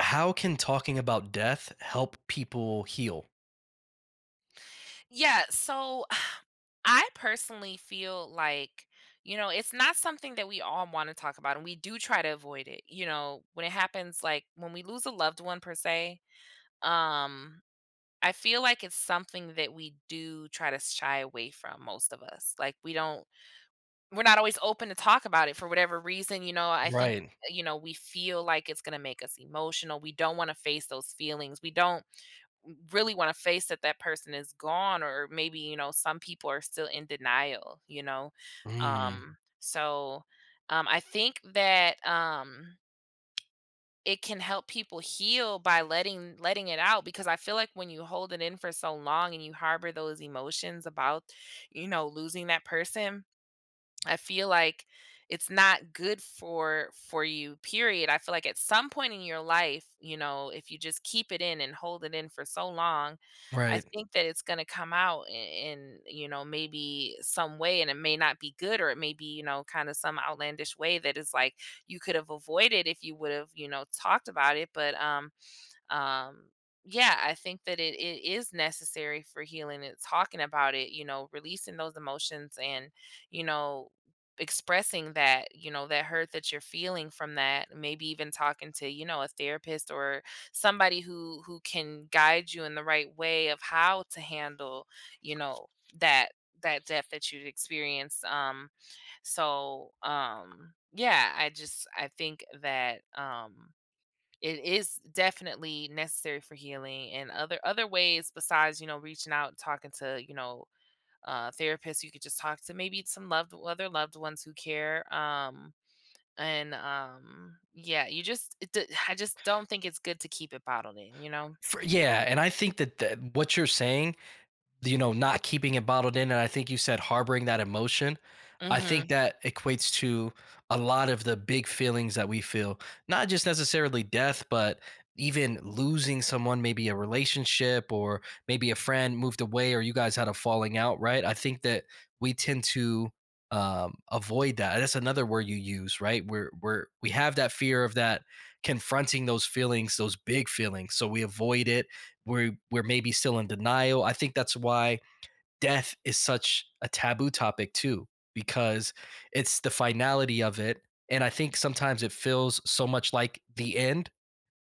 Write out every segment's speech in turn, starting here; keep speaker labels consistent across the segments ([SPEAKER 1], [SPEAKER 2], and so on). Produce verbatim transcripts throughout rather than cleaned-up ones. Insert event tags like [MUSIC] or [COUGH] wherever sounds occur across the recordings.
[SPEAKER 1] How can talking about death help people heal?
[SPEAKER 2] Yeah, so [SIGHS] I personally feel like, you know, it's not something that we all want to talk about, and we do try to avoid it. You know, when it happens, like when we lose a loved one per se, um, I feel like it's something that we do try to shy away from, most of us. Like we don't, we're not always open to talk about it for whatever reason. You know, I think,
[SPEAKER 1] Right.
[SPEAKER 2] you know, we feel like it's going to make us emotional. We don't want to face those feelings. We don't really want to face that that person is gone, or maybe, you know some people are still in denial, you know Mhm.
[SPEAKER 1] Mm,
[SPEAKER 2] um so um I think that um it can help people heal by letting letting it out, because I feel like when you hold it in for so long and you harbor those emotions about you know losing that person, I feel like it's not good for for you, period. I feel like at some point in your life, you know, if you just keep it in and hold it in for so long, I
[SPEAKER 1] right.
[SPEAKER 2] think that it's going to come out in, in, you know, maybe some way, and it may not be good, or it may be, you know, kind of some outlandish way that is like you could have avoided if you would have, you know, talked about it, but um um yeah, I think that it, it is necessary for healing. It's talking about it, you know releasing those emotions, and you know expressing that you know that hurt that you're feeling from that, maybe even talking to you know a therapist or somebody who who can guide you in the right way of how to handle you know that that death that you've experienced. Um so um yeah, i just I think that um it is definitely necessary for healing, and other other ways besides, you know, reaching out, talking to, you know, uh, therapists. You could just talk to maybe some loved other loved ones who care. Um, and um, Yeah, you just it, d- I just don't think it's good to keep it bottled in, you know.
[SPEAKER 1] For yeah, and I think that that what you're saying you know, not keeping it bottled in, and I think you said harboring that emotion. I think
[SPEAKER 2] Mhm.
[SPEAKER 1] that equates to a lot of the big feelings that we feel, not just necessarily death, but even losing someone, maybe a relationship or maybe a friend moved away or you guys had a falling out, right? I think that we tend to um, avoid that. That's another word you use, right? We're we're we have that fear of that confronting those feelings, those big feelings, so we avoid it. We're we're maybe still in denial. I think that's why death is such a taboo topic too, because it's the finality of it. And I think sometimes it feels so much like the end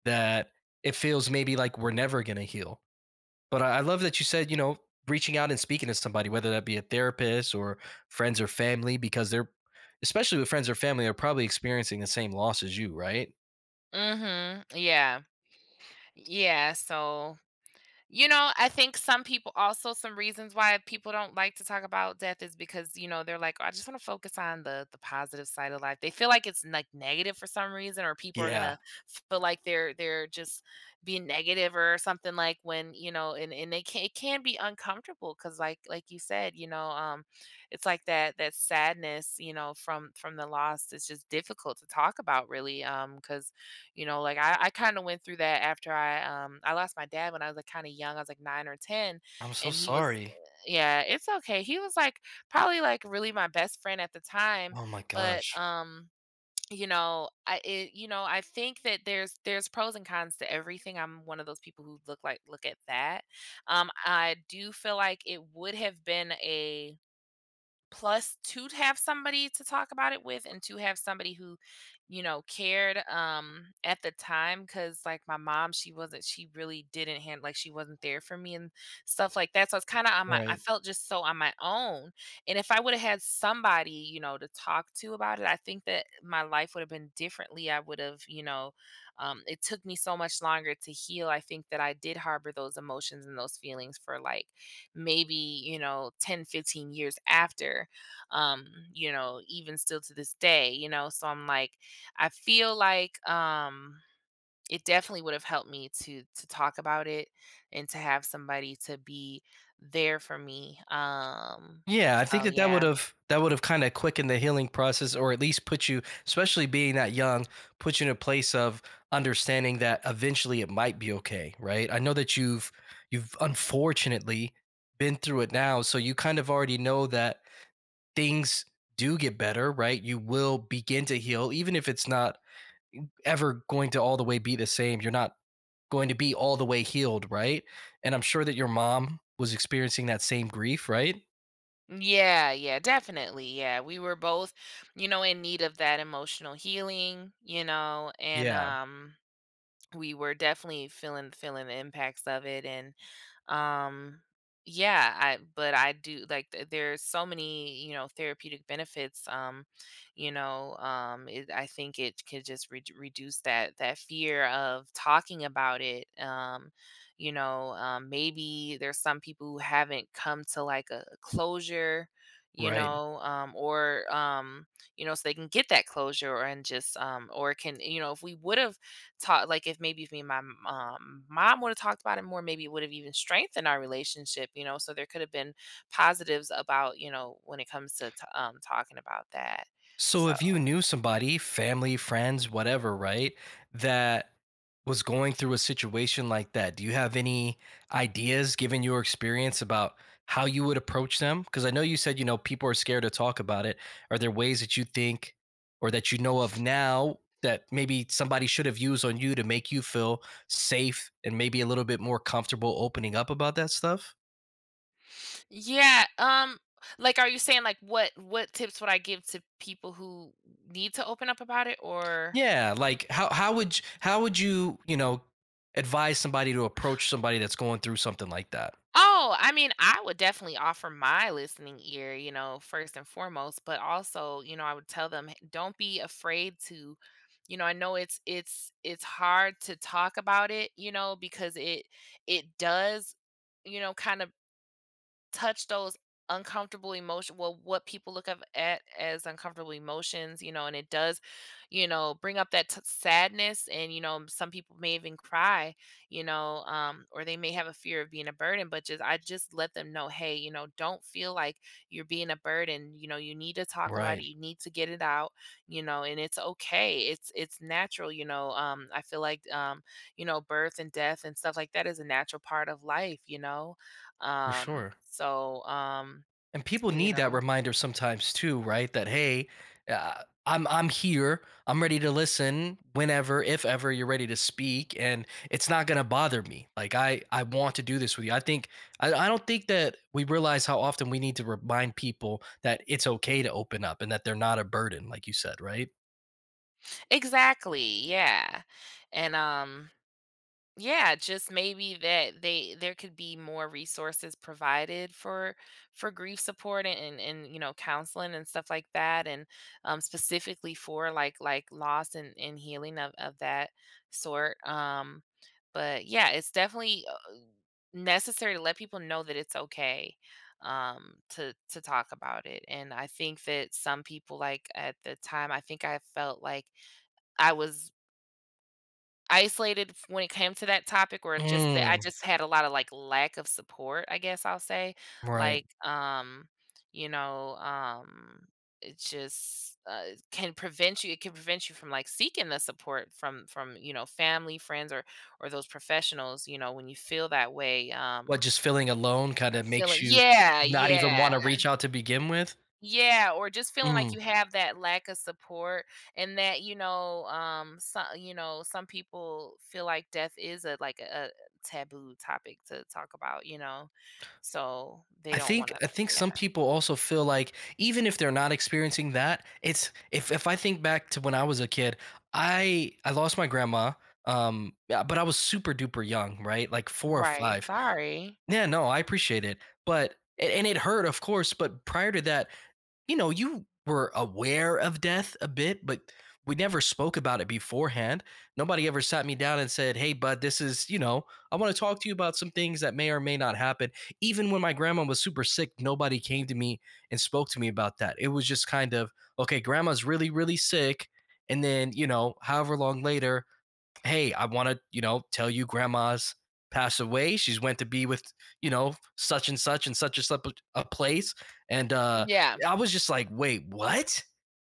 [SPEAKER 1] that it feels maybe like we're never gonna heal. But I, I love that you said, you know, reaching out and speaking to somebody, whether that be a therapist or friends or family, because they're especially with friends or family, they're probably experiencing the same loss as you, right?
[SPEAKER 2] Mhm. Yeah. Yeah, so You know, I think some people also some reasons why people don't like to talk about death is because, you know, they're like, "Oh, I just wanna focus on the the positive side of life." They feel like it's, like, negative for some reason, or people are
[SPEAKER 1] Yeah.
[SPEAKER 2] gonna feel like they're they're just being negative or something. Like when, you know and and they can it can be uncomfortable because like like you said, you know, um, it's like that that sadness, you know, from from the loss is just difficult to talk about really, um, because. You know, like I, I kind of went through that after I um I lost my dad when I was like kind of young. I was like nine or ten,
[SPEAKER 1] I'm so
[SPEAKER 2] and he was,
[SPEAKER 1] sorry.
[SPEAKER 2] uh, yeah, it's okay. He was like probably like really my best friend at the time,
[SPEAKER 1] Oh my
[SPEAKER 2] but
[SPEAKER 1] gosh.
[SPEAKER 2] um you know i it, you know I think that there's there's pros and cons to everything. I'm one of those people who look like look at that. um I do feel like it would have been a plus, to have somebody to talk about it with and to have somebody who, you know, cared um at the time, cuz like my mom, she wasn't she really didn't hand like she wasn't there for me and stuff like that. So it's kind of on my I
[SPEAKER 1] Right.
[SPEAKER 2] felt just so on my own. And if I would have had somebody, you know, to talk to about it, I think that my life would have been differently. I would have, you know, um It took me so much longer to heal. I think that I did harbor those emotions and those feelings for like maybe you know ten, fifteen years after, um you know even still to this day, you know so i'm like I feel like um it definitely would have helped me to to talk about it, and to have somebody to be there for me. Um
[SPEAKER 1] Yeah, I think
[SPEAKER 2] so
[SPEAKER 1] that that would
[SPEAKER 2] yeah,
[SPEAKER 1] have, that would have kind of quickened the healing process, or at least put you, especially being that young, put you in a place of understanding that eventually it might be okay, right? I know that you've you've unfortunately been through it now, so you kind of already know that things do get better, right? You will begin to heal, even if it's not ever going to all the way be the same. You're not going to be all the way healed, right? And I'm sure that your mom was experiencing that same grief, right?
[SPEAKER 2] yeah, yeah, definitely, yeah. We were both, you know in need of that emotional healing, you know and
[SPEAKER 1] Yeah,
[SPEAKER 2] um we were definitely feeling feeling the impacts of it, and um yeah. i but I do like, th- there's so many, you know therapeutic benefits. um you know um it, I think it could just re- reduce that that fear of talking about it. Um you know um, maybe there's some people who haven't come to like a closure, you
[SPEAKER 1] right.
[SPEAKER 2] know um or um you know so they can get that closure, or and just um or can you know if we would have talk like if maybe if me and my m- um, mom would have talked about it more, maybe it would have even strengthened our relationship. You know so there could have been positives about, you know when it comes to t- um, talking about that.
[SPEAKER 1] So
[SPEAKER 2] so
[SPEAKER 1] if you knew somebody, family, friends, whatever, right, that was going through a situation like that, do you have any ideas given your experience about how you would approach them? Because I know you said, you know, people are scared to talk about it. Are there ways that you think or that you know of now that maybe somebody should have used on you to make you feel safe and maybe a little bit more comfortable opening up about that stuff?
[SPEAKER 2] yeah, um like, are you saying like what what tips would I give to people who need to open up about it? Or.
[SPEAKER 1] Yeah, like how how would you, how would you you know advise somebody to approach somebody that's going through something like that?
[SPEAKER 2] Oh, I mean, I would definitely offer my listening ear, you know, first and foremost, but also, you know, I would tell them, "Hey, don't be afraid to, you know, I know it's it's it's hard to talk about it, you know, because it it does, you know, kind of touch those uncomfortable emotion well what people look of- at as uncomfortable emotions, you know and it does, you know bring up that t- sadness, and you know some people may even cry, you know um or they may have a fear of being a burden, but just i just let them know, hey, you know don't feel like you're being a burden, you know you need to talk about
[SPEAKER 1] Right,
[SPEAKER 2] it, you need to get it out, you know and it's okay, it's it's natural, you know um I feel like um you know birth and death and stuff like that is a natural part of life, you know
[SPEAKER 1] for
[SPEAKER 2] um,
[SPEAKER 1] sure.
[SPEAKER 2] so, um,
[SPEAKER 1] And people
[SPEAKER 2] you
[SPEAKER 1] need that
[SPEAKER 2] know
[SPEAKER 1] reminder sometimes too, right? That hey, uh, I'm I'm here. I'm ready to listen whenever, if ever you're ready to speak, and it's not gonna bother me. Like I I want to do this with you. I think I, I don't think that we realize how often we need to remind people that it's okay to open up and that they're not a burden, like you said, right?
[SPEAKER 2] exactly, yeah, and, um yeah. Just maybe that they there could be more resources provided for for grief support and and and you know counseling and stuff like that, and um specifically for like like loss and and healing of of that sort. Um but yeah, it's definitely, uh, necessary to let people know that it's okay, um to to talk about it. And I think that some people, like at the time, I think I felt like I was Isolated f when it came to that topic, or just that I
[SPEAKER 1] Mm,
[SPEAKER 2] just had a lot of, like, lack of support, I guess I'll say.
[SPEAKER 1] right.
[SPEAKER 2] Like, um, you know, um, it just, uh, can prevent you, it can prevent you from, like, seeking the support from from, you know, family, friends, or or those professionals, you know, when you feel that way. Um,
[SPEAKER 1] What, just feeling alone kinda makes
[SPEAKER 2] feeling
[SPEAKER 1] you
[SPEAKER 2] Yeah,
[SPEAKER 1] not even
[SPEAKER 2] yeah.
[SPEAKER 1] wanna reach out to begin with?
[SPEAKER 2] Yeah, or just feeling like
[SPEAKER 1] Mm.
[SPEAKER 2] you have that lack of support and that, you know, um some you know, some people feel like death is a, like a, taboo topic to talk about, you know. So they
[SPEAKER 1] I
[SPEAKER 2] don't
[SPEAKER 1] think
[SPEAKER 2] want to.
[SPEAKER 1] I think
[SPEAKER 2] Yeah.
[SPEAKER 1] some people also feel like even if they're not experiencing that, it's if if I think back to when I was a kid, I I lost my grandma, um, yeah, but I was super duper young, right? Like four or
[SPEAKER 2] Right.
[SPEAKER 1] five.
[SPEAKER 2] Sorry.
[SPEAKER 1] Yeah, no, I appreciate it, but and and it hurt, of course, but prior to that, you know, you were aware of death a bit, but we never spoke about it beforehand. Nobody ever sat me down and said, hey, bud, this is, you know, I want to talk to you about some things that may or may not happen. Even when my grandma was super sick, nobody came to me and spoke to me about that. It was just kind of, okay, grandma's really, really sick. And then, you know, however long later, hey, I want to, you know, tell you grandma's passed away. She's went to be with, you know, such and such and such a such a place. And uh
[SPEAKER 2] Yeah.
[SPEAKER 1] I was just like, wait, what?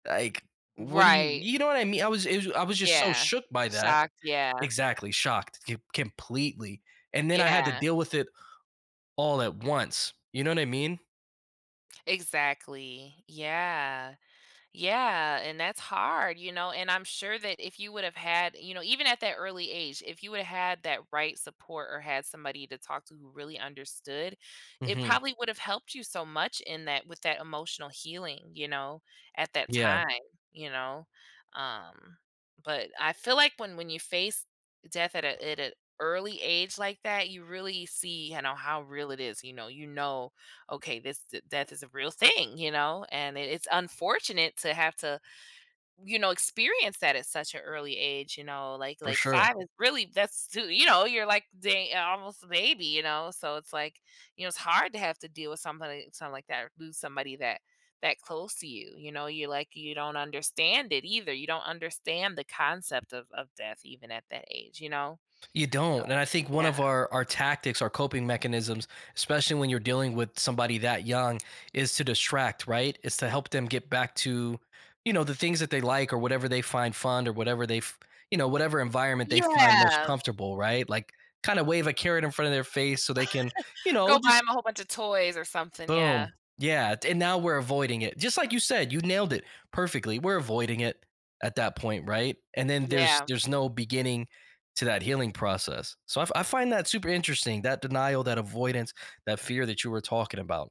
[SPEAKER 1] Like, what do you,
[SPEAKER 2] Right.
[SPEAKER 1] you know what I mean? I was, it was, I was just so
[SPEAKER 2] Yeah.
[SPEAKER 1] shook by that.
[SPEAKER 2] Shocked. Yeah.
[SPEAKER 1] Exactly, shocked c- completely. And then I had to
[SPEAKER 2] Yeah.
[SPEAKER 1] deal with it all at once. You know what I mean?
[SPEAKER 2] Exactly. Yeah. Yeah, and that's hard, you know. And I'm sure that if you would have had, you know, even at that early age, if you would have had that right support or had somebody to talk to who really understood, it
[SPEAKER 1] Hmm.
[SPEAKER 2] probably would have helped you so much in that with that emotional healing, you know, at that
[SPEAKER 1] Yeah,
[SPEAKER 2] time, you know. Um, but I feel like when when you face death at a at an early age like that, you really see, you know, how real it is. You know, you know okay, this d- death is a real thing, you know, and it, it's unfortunate to have to, you know, experience that at such an early age, you know, like
[SPEAKER 1] for
[SPEAKER 2] like
[SPEAKER 1] sure.
[SPEAKER 2] five is really, that's too, you know, you're like, dang, uh, almost a baby, you know, so it's like, you know, it's hard to have to deal with something something like that, or lose somebody that that close to you, you know, you're like, you don't understand it either. You don't understand the concept of of death even at that age, you know.
[SPEAKER 1] You don't. And I think one of
[SPEAKER 2] Yeah.
[SPEAKER 1] our our tactics, our coping mechanisms, especially when you're dealing with somebody that young, is to distract, right? It's to help them get back to, you know, the things that they like or whatever they find fun or whatever they, f- you know, whatever environment they find most
[SPEAKER 2] Yeah.
[SPEAKER 1] comfortable, right? Like kind of wave a carrot in front of their face so they can, you know,
[SPEAKER 2] Go buy
[SPEAKER 1] just,
[SPEAKER 2] him a whole bunch of toys or something. Yeah.
[SPEAKER 1] boom. Yeah, and now we're avoiding it. Just like you said, you nailed it perfectly. We're avoiding it at that point, right? And then there's
[SPEAKER 2] Yeah.
[SPEAKER 1] there's no beginning to that healing process. So I, f- I find that super interesting. That denial, that avoidance, that fear that you were talking about.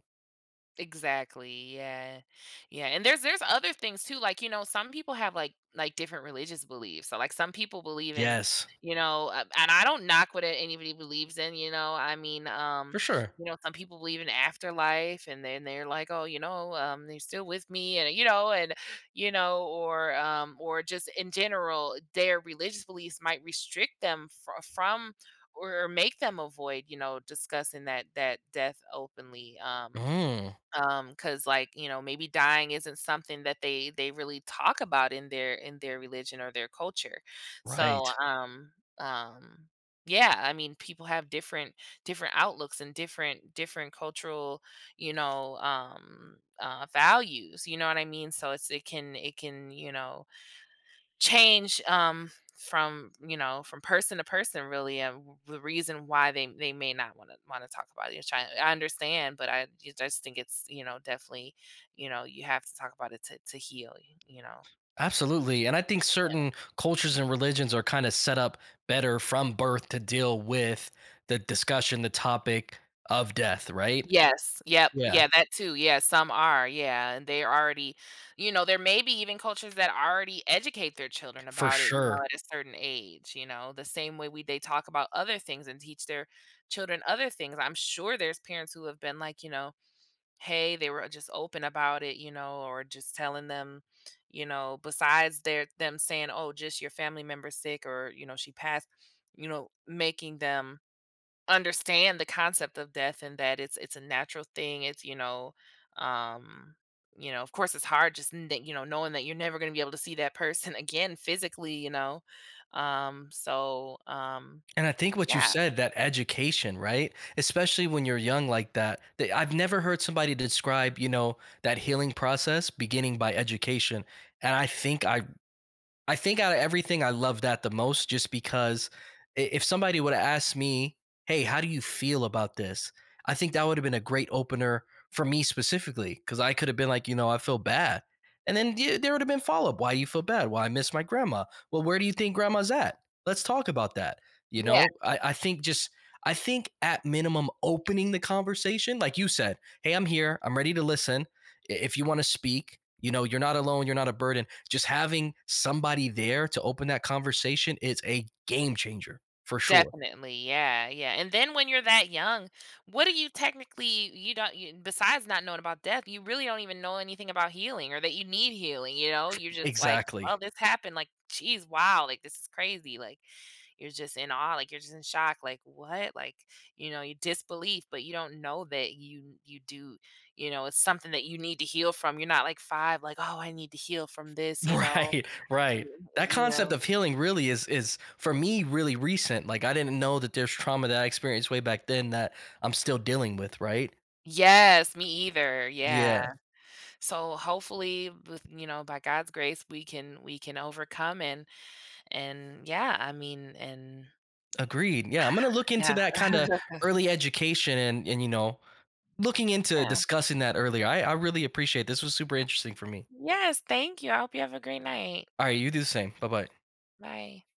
[SPEAKER 2] Exactly. Yeah. Yeah, and there's there's other things too. Like, you know, some people have like like different religious beliefs. So like some people believe in,
[SPEAKER 1] Yes,
[SPEAKER 2] you know, uh, and I don't knock what anybody believes in, you know. I mean, um,
[SPEAKER 1] for sure.
[SPEAKER 2] you know, some people believe in afterlife, and then they're like, "Oh, you know, um they're still with me." And you know, and you know, or um or just in general, their religious beliefs might restrict them fr- from, or or make them avoid, you know, discussing that that death openly. Um
[SPEAKER 1] Mm,
[SPEAKER 2] um because like, you know maybe dying isn't something that they they really talk about in their in their religion or their culture.
[SPEAKER 1] right.
[SPEAKER 2] so um um yeah, I mean, people have different, different outlooks and different, different cultural, you know um uh values, you know what I mean. So it's, it can it can, you know change, um from, you know from person to person, really, and w- the reason why they they may not want to want to talk about your child. I, I understand, but i ju- just think it's, you know definitely, you know you have to talk about it to, to heal y- you know.
[SPEAKER 1] Absolutely. And I think certain cultures and religions are kind of set up better from birth to deal with the discussion, the topic of death, right?
[SPEAKER 2] Yes, yep,
[SPEAKER 1] Yeah,
[SPEAKER 2] yeah, that too, yeah, some are, yeah, and they're already, you know there may be even cultures that already educate their children
[SPEAKER 1] for
[SPEAKER 2] about it, you know
[SPEAKER 1] sure.
[SPEAKER 2] at a certain age, you know the same way we they talk about other things and teach their children other things. I'm sure there's parents who have been like, you know hey, they were just open about it, you know, or just telling them, you know, besides their them saying, "Oh, just your family member sick," or you know, she passed, you know, making them understand the concept of death and that it's it's a natural thing. It's, you know, um, you know, of course, it's hard, just, n- that, you know knowing that you're never going to be able to see that person [LAUGHS] again physically, you know. Um, so um,
[SPEAKER 1] And I think what you
[SPEAKER 2] yeah,
[SPEAKER 1] said, that education, right? Especially when you're young like that. They, I've never heard somebody describe, you know, that healing process beginning by education. And I think I I think out of everything, I love that the most just because if somebody would have asked me, hey, how do you feel about this? I think that would have been a great opener for me specifically because I could have been like, you know, I feel bad. And then there would have been follow up. Why do you feel bad? Well, I miss my grandma? Well, where do you think grandma's at? Let's talk about that. You
[SPEAKER 2] yeah,
[SPEAKER 1] know, I, I think just, I think at minimum, opening the conversation, like you said, hey, I'm here, I'm ready to listen if you want to speak, you know, you're not alone, you're not a burden. Just having somebody there to open that conversation is a game changer for sure.
[SPEAKER 2] definitely, yeah, yeah, and then when you're that young, what do you technically you don't you besides not knowing about death, you really don't even know anything about healing, or that you need healing, you know? You're just like,
[SPEAKER 1] Exactly. [LAUGHS]
[SPEAKER 2] "Well, this happened, like, geez, wow, like, this is crazy," like, you're just in awe, like, you're just in shock, like, "What?" Like, you know, your disbelief, but you don't know that you you do, you know, it's something that you need to heal from, you're not like five, like, "Oh, I need to heal from this," you know?
[SPEAKER 1] Right, right. That
[SPEAKER 2] You
[SPEAKER 1] concept
[SPEAKER 2] know?
[SPEAKER 1] of healing really is is for me really recent. Like I didn't know that there's trauma that I experienced way back then that I'm still dealing with, right?
[SPEAKER 2] Yes, me either, yeah.
[SPEAKER 1] Yeah,
[SPEAKER 2] So hopefully, with you know by God's grace, we can, we can overcome, and, and yeah i mean and
[SPEAKER 1] agreed. Yeah, I'm gonna look into
[SPEAKER 2] yeah.
[SPEAKER 1] that kind of early education and and you know, looking into
[SPEAKER 2] [LAUGHS] Yeah,
[SPEAKER 1] discussing that earlier. I I really appreciate it. This was super interesting for me.
[SPEAKER 2] yes, thank you, I hope you have a great night.
[SPEAKER 1] All right, you do the same. Bye bye.
[SPEAKER 2] Bye.